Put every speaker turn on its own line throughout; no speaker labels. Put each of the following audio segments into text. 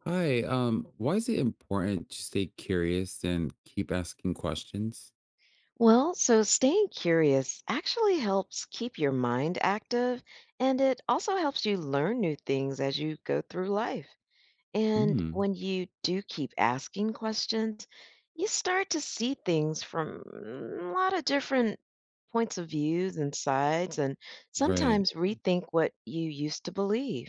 Hi, why is it important to stay curious and keep asking questions?
Well, so staying curious actually helps keep your mind active and it also helps you learn new things as you go through life. And
Mm,
when you do keep asking questions, you start to see things from a lot of different points of views and sides, and
right.
sometimes rethink what you used to believe.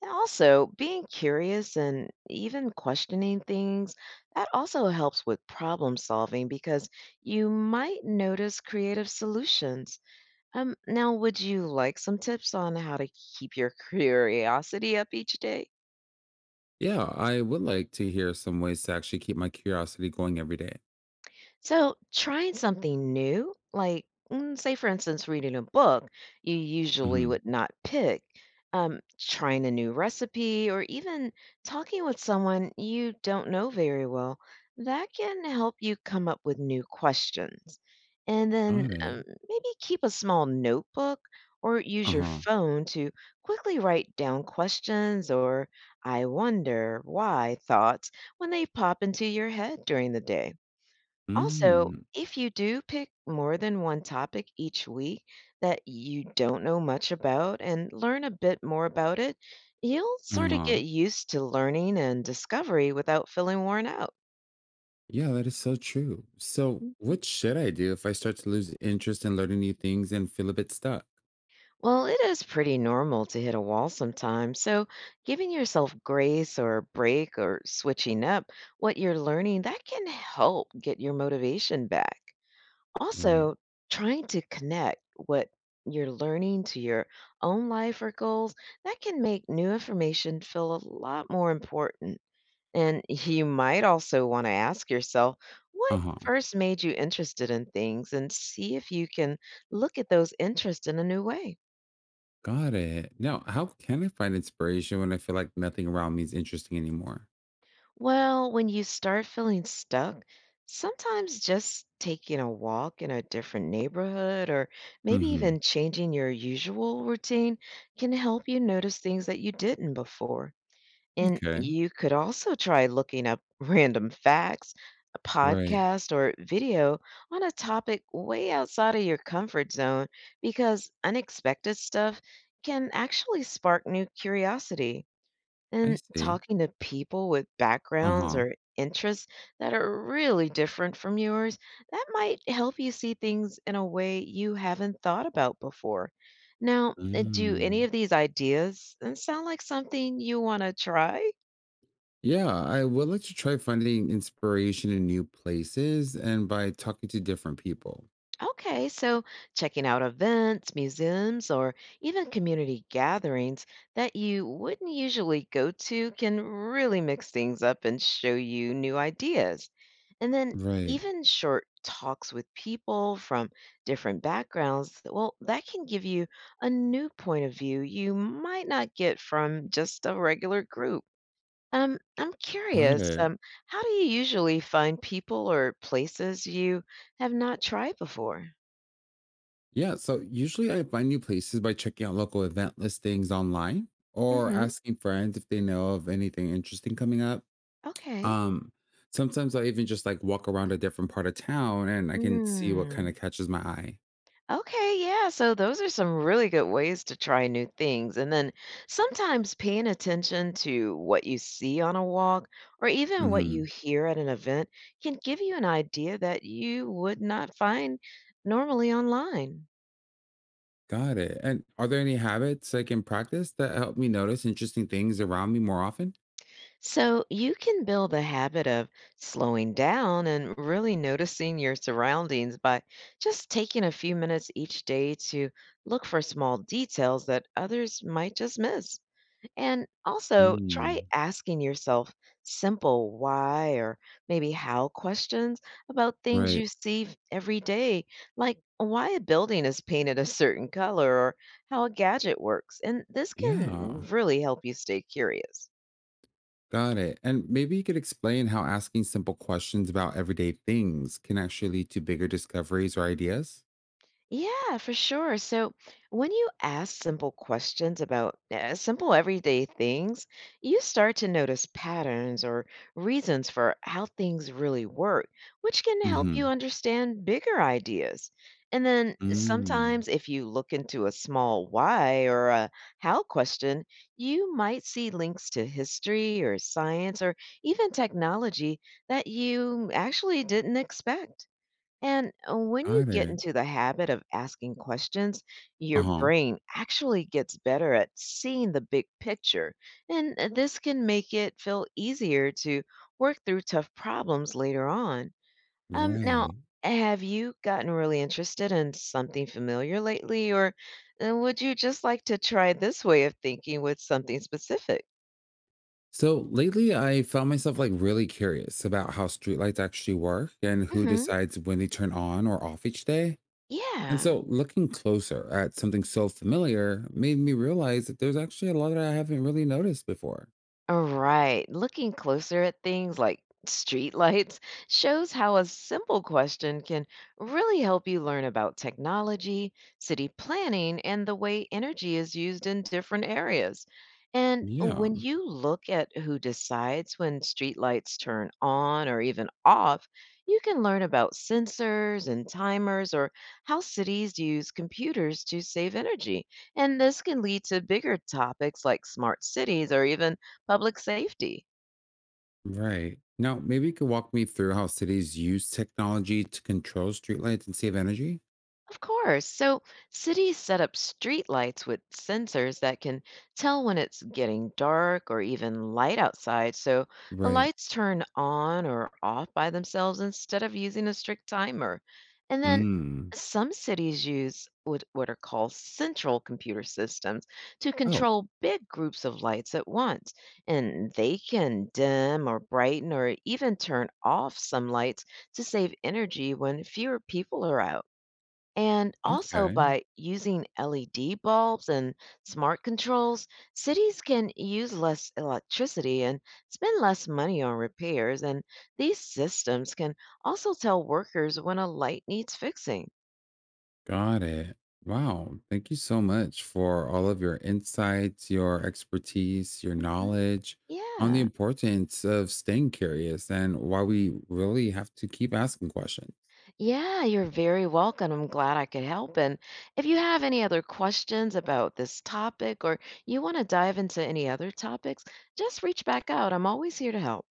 And also, being curious and even questioning things, that also helps with problem solving because you might notice creative solutions. Now, would you like some tips on how to keep your curiosity up each day?
Yeah, I would like to hear some ways to actually keep my curiosity going every day.
So, trying something new, like say, for instance, reading a book you usually
Mm-hmm.
would not pick, trying a new recipe, or even talking with someone you don't know very well, that can help you come up with new questions. And then
Got it.
maybe keep a small notebook or use your
Uh-huh.
phone to quickly write down questions or I wonder why thoughts when they pop into your head during the day. Also,
Mm,
if you do pick more than one topic each week that you don't know much about and learn a bit more about it, you'll sort of
uh-huh.
get used to learning and discovery without feeling worn out.
Yeah, that is so true. So,
Mhm.
what should I do if I start to lose interest in learning new things and feel a bit stuck?
Well, it is pretty normal to hit a wall sometimes, so giving yourself grace or a break or switching up what you're learning, that can help get your motivation back.
Right.
Also, trying to connect what you're learning to your own life or goals, that can make new information feel a lot more important. And you might also want to ask yourself what
Uh-huh.
first made you interested in things and see if you can look at those interests in a new way.
Got it. Now, how can I find inspiration when I feel like nothing around me is interesting anymore?
Well, when you start feeling stuck, sometimes just taking a walk in a different neighborhood or maybe
Mm-hmm.
even changing your usual routine can help you notice things that you didn't before. And
Okay.
you could also try looking up random facts, a
Right.
podcast, or video on a topic way outside of your comfort zone because unexpected stuff can actually spark new curiosity.
I
And
see.
talking to people with backgrounds
Uh-huh.
or interests that are really different from yours, that might help you see things in a way you haven't thought about before. Now, do any
Mm.
of these ideas sound like something you want to try?
Yeah, I would like to try finding inspiration in new places and by talking to different people.
Okay, so checking out events, museums, or even community gatherings that you wouldn't usually go to can really mix things up and show you new ideas. And then
Right.
even short talks with people from different backgrounds, well, that can give you a new point of view you might not get from just a regular group. I'm
Got
curious,
it.
how do you usually find people or places you have not tried before?
Yeah, so usually I find new places by checking out local event listings online or
Hmm.
asking friends if they know of anything interesting coming up.
Okay.
Um sometimes I even just like walk around a different part of town and I can see what kind of
Mm.
catches my eye.
Okay, yeah. So those are some really good ways to try new things. And then sometimes paying attention to what you see on a walk or even what you hear at an event can give you an idea that you would not find normally online.
Got it. And are there any habits like in practice that help me notice interesting things around me more often?
So you can build a habit of slowing down and really noticing your surroundings by just taking a few minutes each day to look for small details that others might just miss. And also try
Mm,
asking yourself simple why or maybe how questions about things
right.
you see every day, like why a building is painted a certain color or how a gadget works. And this can
Yeah.
really help you stay curious.
Got it. And maybe you could explain how asking simple questions about everyday things can actually lead to bigger discoveries or ideas.
Yeah, for sure. So when you ask simple questions about simple everyday things, you start to notice patterns or reasons for how things really work, which can help you
Mm-hmm.
understand bigger ideas. And then
Mm,
sometimes, if you look into a small why or a how question, you might see links to history or science or even technology that you actually didn't expect. And when you
got
get
it.
into the habit of asking questions, your
Uh-huh.
brain actually gets better at seeing the big picture. And this can make it feel easier to work through tough problems later on. Now,
Right.
have you gotten really interested in something familiar lately, or would you just like to try this way of thinking with something specific?
So lately I found myself like really curious about how streetlights actually work and who
Hmm.
decides when they turn on or off each day. And
Yeah.
so looking closer at something so familiar made me realize that there's actually a lot that I haven't really noticed before.
Alright, looking closer at things like streetlights shows how a simple question can really help you learn about technology, city planning, and the way energy is used in different areas. And
Yeah,
when you look at who decides when streetlights turn on or even off, you can learn about sensors and timers or how cities use computers to save energy. And this can lead to bigger topics like smart cities or even public safety.
right. Now, maybe you could walk me through how cities use technology to control streetlights and save energy?
Of course. So cities set up street lights with sensors that can tell when it's getting dark or even light outside. So the
Right.
lights turn on or off by themselves instead of using a strict timer. And then
Mm.
some cities use what are called central computer systems to
Oh,
control big groups of lights at once. And they can dim or brighten or even turn off some lights to save energy when fewer people are out. And also,
okay.
by using LED bulbs and smart controls, cities can use less electricity and spend less money on repairs. And these systems can also tell workers when a light needs fixing.
Got it. Wow. Thank you so much for all of your insights, your expertise, your
Mhm.
knowledge on the
Yeah.
importance of staying curious and why we really have to keep asking questions.
Yeah, you're very welcome. I'm glad I could help. And if you have any other questions about this topic or you want to dive into any other topics, just reach back out. I'm always here to help.